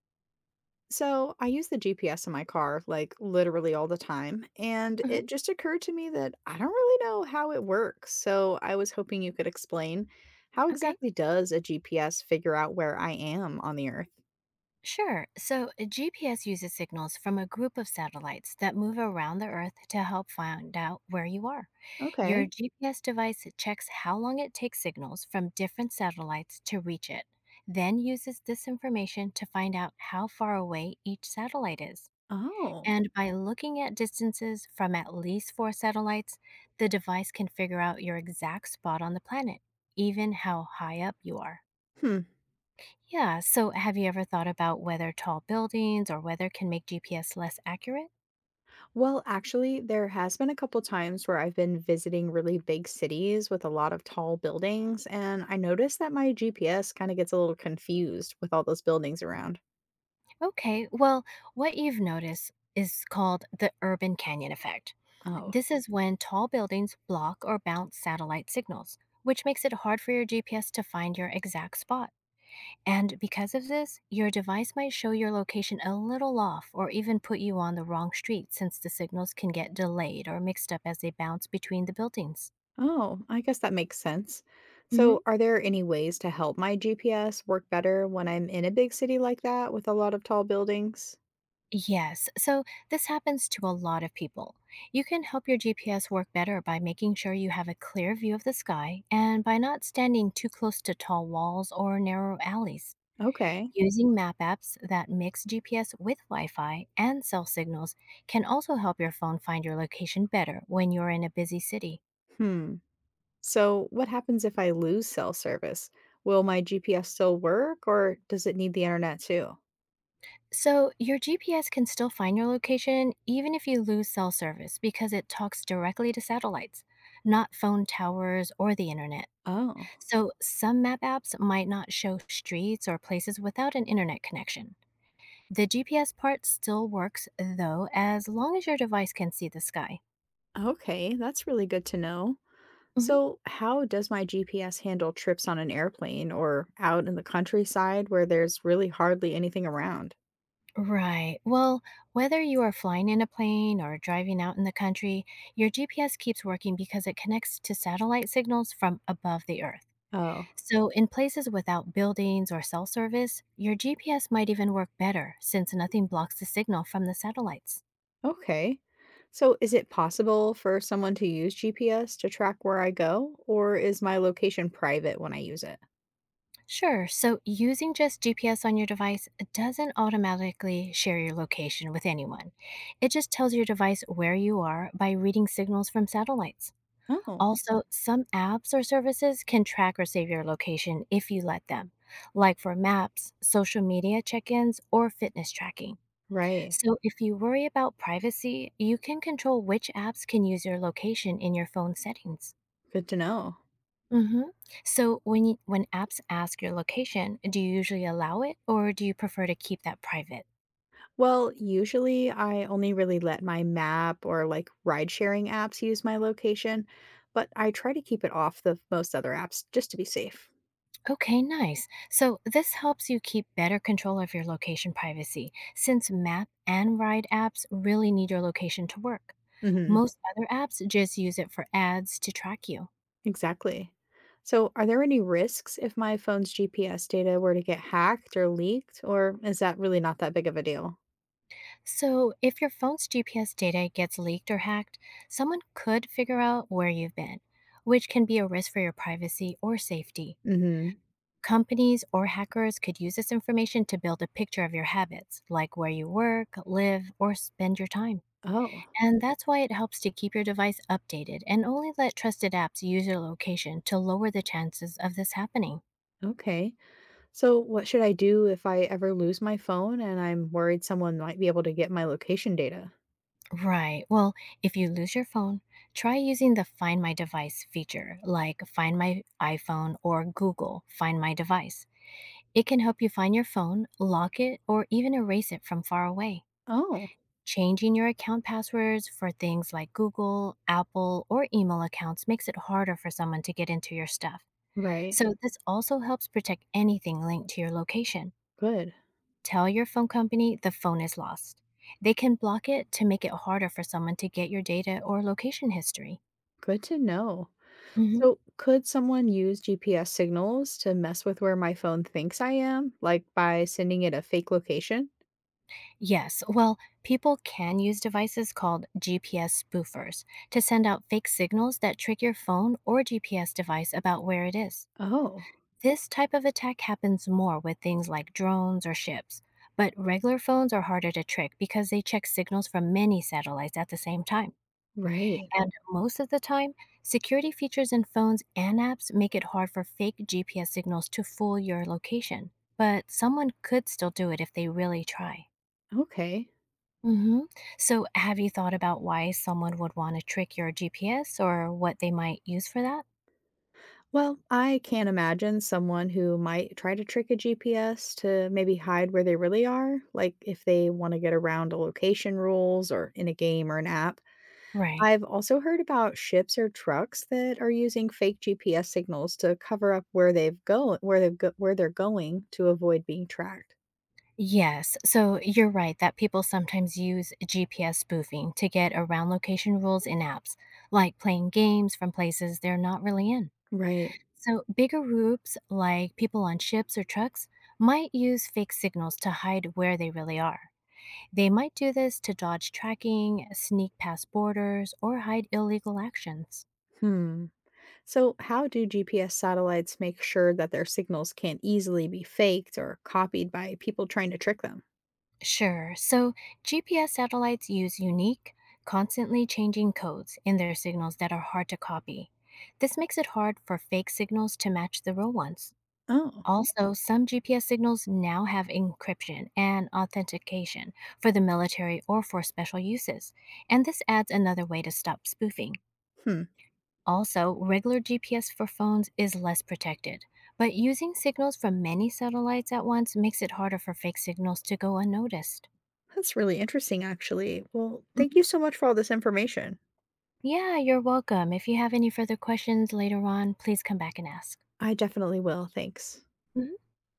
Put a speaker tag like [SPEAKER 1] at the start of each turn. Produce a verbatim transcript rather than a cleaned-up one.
[SPEAKER 1] So I use the G P S in my car, like, literally all the time. And it
[SPEAKER 2] Mhm.
[SPEAKER 1] just occurred to me that I don't really know how it works. So I was hoping you could explain, how
[SPEAKER 2] Okay,
[SPEAKER 1] exactly does a G P S figure out where I am on the earth?
[SPEAKER 2] sure. So, a G P S uses signals from a group of satellites that move around the Earth to help find out where you are. Your
[SPEAKER 1] Okay.
[SPEAKER 2] G P S device checks how long it takes signals from different satellites to reach it, then uses this information to find out how far away each satellite is.
[SPEAKER 1] Oh.
[SPEAKER 2] And by looking at distances from at least four satellites, the device can figure out your exact spot on the planet, even how high up you are.
[SPEAKER 1] Hmm.
[SPEAKER 2] Yeah. So, have you ever thought about whether tall buildings or weather can make G P S less accurate?
[SPEAKER 1] Well, actually, there has been a couple times where I've been visiting really big cities with a lot of tall buildings, and I noticed that my G P S kind of gets a little confused with all those buildings around.
[SPEAKER 2] Okay. Well, what you've noticed is called the urban canyon effect.
[SPEAKER 1] Oh.
[SPEAKER 2] This is when tall buildings block or bounce satellite signals, which makes it hard for your G P S to find your exact spot. And because of this, your device might show your location a little off or even put you on the wrong street since the signals can get delayed or mixed up as they bounce between the buildings.
[SPEAKER 1] Oh, I guess that makes sense.
[SPEAKER 2] Mhm.
[SPEAKER 1] So, are there any ways to help my G P S work better when I'm in a big city like that with a lot of tall buildings?
[SPEAKER 2] Yes, so this happens to a lot of people. You can help your G P S work better by making sure you have a clear view of the sky and by not standing too close to tall walls or narrow alleys.
[SPEAKER 1] Okay.
[SPEAKER 2] Using map apps that mix G P S with Wi Fi and cell signals can also help your phone find your location better when you're in a busy city.
[SPEAKER 1] Hmm. So, what happens if I lose cell service? Will my G P S still work or does it need the internet too?
[SPEAKER 2] So, your G P S can still find your location even if you lose cell service because it talks directly to satellites, not phone towers or the internet.
[SPEAKER 1] Oh,
[SPEAKER 2] So, some map apps might not show streets or places without an internet connection. The G P S part still works, though, as long as your device can see the sky.
[SPEAKER 1] okay. That's really good to know.
[SPEAKER 2] Mhm.
[SPEAKER 1] So, how does my G P S handle trips on an airplane or out in the countryside where there's really hardly anything around?
[SPEAKER 2] Right. Well, whether you are flying in a plane or driving out in the country, your G P S keeps working because it connects to satellite signals from above the earth.
[SPEAKER 1] Oh.
[SPEAKER 2] So, in places without buildings or cell service, your G P S might even work better since nothing blocks the signal from the satellites.
[SPEAKER 1] Okay. So, is it possible for someone to use G P S to track where I go, or is my location private when I use it?
[SPEAKER 2] Sure. So using just G P S on your device doesn't automatically share your location with anyone. It just tells your device where you are by reading signals from satellites.
[SPEAKER 1] Oh,
[SPEAKER 2] Also, some apps or services can track or save your location if you let them, like for maps, social media check ins, or fitness tracking.
[SPEAKER 1] right.
[SPEAKER 2] So if you worry about privacy, you can control which apps can use your location in your phone settings.
[SPEAKER 1] Good to know.
[SPEAKER 2] Mhm. So when you, when apps ask your location, do you usually allow it or do you prefer to keep that private?
[SPEAKER 1] Well, usually I only really let my map or, like, ride sharing apps use my location, but I try to keep it off the most other apps just to be safe.
[SPEAKER 2] Okay, nice. So this helps you keep better control of your location privacy since map and ride apps really need your location to work.
[SPEAKER 1] Hmm.
[SPEAKER 2] Most other apps just use it for ads to track you.
[SPEAKER 1] Exactly. So, are there any risks if my phone's G P S data were to get hacked or leaked, or is that really not that big of a deal?
[SPEAKER 2] So if your phone's G P S data gets leaked or hacked, someone could figure out where you've been, which can be a risk for your privacy or safety.
[SPEAKER 1] Hmm.
[SPEAKER 2] Companies or hackers could use this information to build a picture of your habits, like where you work, live, or spend your time.
[SPEAKER 1] Oh.
[SPEAKER 2] And that's why it helps to keep your device updated and only let trusted apps use your location to lower the chances of this happening.
[SPEAKER 1] Okay. So, what should I do if I ever lose my phone and I'm worried someone might be able to get my location data?
[SPEAKER 2] Right. Well, if you lose your phone, try using the Find My Device feature, like Find My iPhone or Google Find My Device. It can help you find your phone, lock it, or even erase it from far away.
[SPEAKER 1] Oh,
[SPEAKER 2] Changing your account passwords for things like Google, Apple, or email accounts makes it harder for someone to get into your stuff.
[SPEAKER 1] right.
[SPEAKER 2] So, this also helps protect anything linked to your location.
[SPEAKER 1] Good.
[SPEAKER 2] Tell your phone company the phone is lost. They can block it to make it harder for someone to get your data or location history.
[SPEAKER 1] Good to know.
[SPEAKER 2] Mhm.
[SPEAKER 1] So, could someone use G P S signals to mess with where my phone thinks I am, like by sending it a fake location?
[SPEAKER 2] Yes, well, people can use devices called G P S spoofers to send out fake signals that trick your phone or G P S device about where it is.
[SPEAKER 1] Oh,
[SPEAKER 2] This type of attack happens more with things like drones or ships, but regular phones are harder to trick because they check signals from many satellites at the same time.
[SPEAKER 1] right.
[SPEAKER 2] And most of the time, security features in phones and apps make it hard for fake G P S signals to fool your location. But someone could still do it if they really try.
[SPEAKER 1] Okay.
[SPEAKER 2] Hmm. So, have you thought about why someone would want to trick your G P S or what they might use for that?
[SPEAKER 1] Well, I can't imagine someone who might try to trick a G P S to maybe hide where they really are, like if they want to get around a location rules or in a game or an app.
[SPEAKER 2] Right.
[SPEAKER 1] I've also heard about ships or trucks that are using fake G P S signals to cover up where they've go where they've go where they're going to avoid being tracked.
[SPEAKER 2] Yes. So you're right that people sometimes use G P S spoofing to get around location rules in apps, like playing games from places they're not really in.
[SPEAKER 1] Right.
[SPEAKER 2] So bigger groups, like people on ships or trucks, might use fake signals to hide where they really are. They might do this to dodge tracking, sneak past borders, or hide illegal actions.
[SPEAKER 1] Hmm. So, how do G P S satellites make sure that their signals can't easily be faked or copied by people trying to trick them?
[SPEAKER 2] Sure. So G P S satellites use unique, constantly changing codes in their signals that are hard to copy. This makes it hard for fake signals to match the real ones.
[SPEAKER 1] Oh,
[SPEAKER 2] Also, some G P S signals now have encryption and authentication for the military or for special uses, and this adds another way to stop spoofing.
[SPEAKER 1] hmm.
[SPEAKER 2] Also, regular G P S for phones is less protected, but using signals from many satellites at once makes it harder for fake signals to go unnoticed.
[SPEAKER 1] That's really interesting, actually. Well, thank you so much for all this information.
[SPEAKER 2] Yeah, you're welcome. If you have any further questions later on, please come back and ask.
[SPEAKER 1] I definitely will. Thanks.
[SPEAKER 2] Mhm.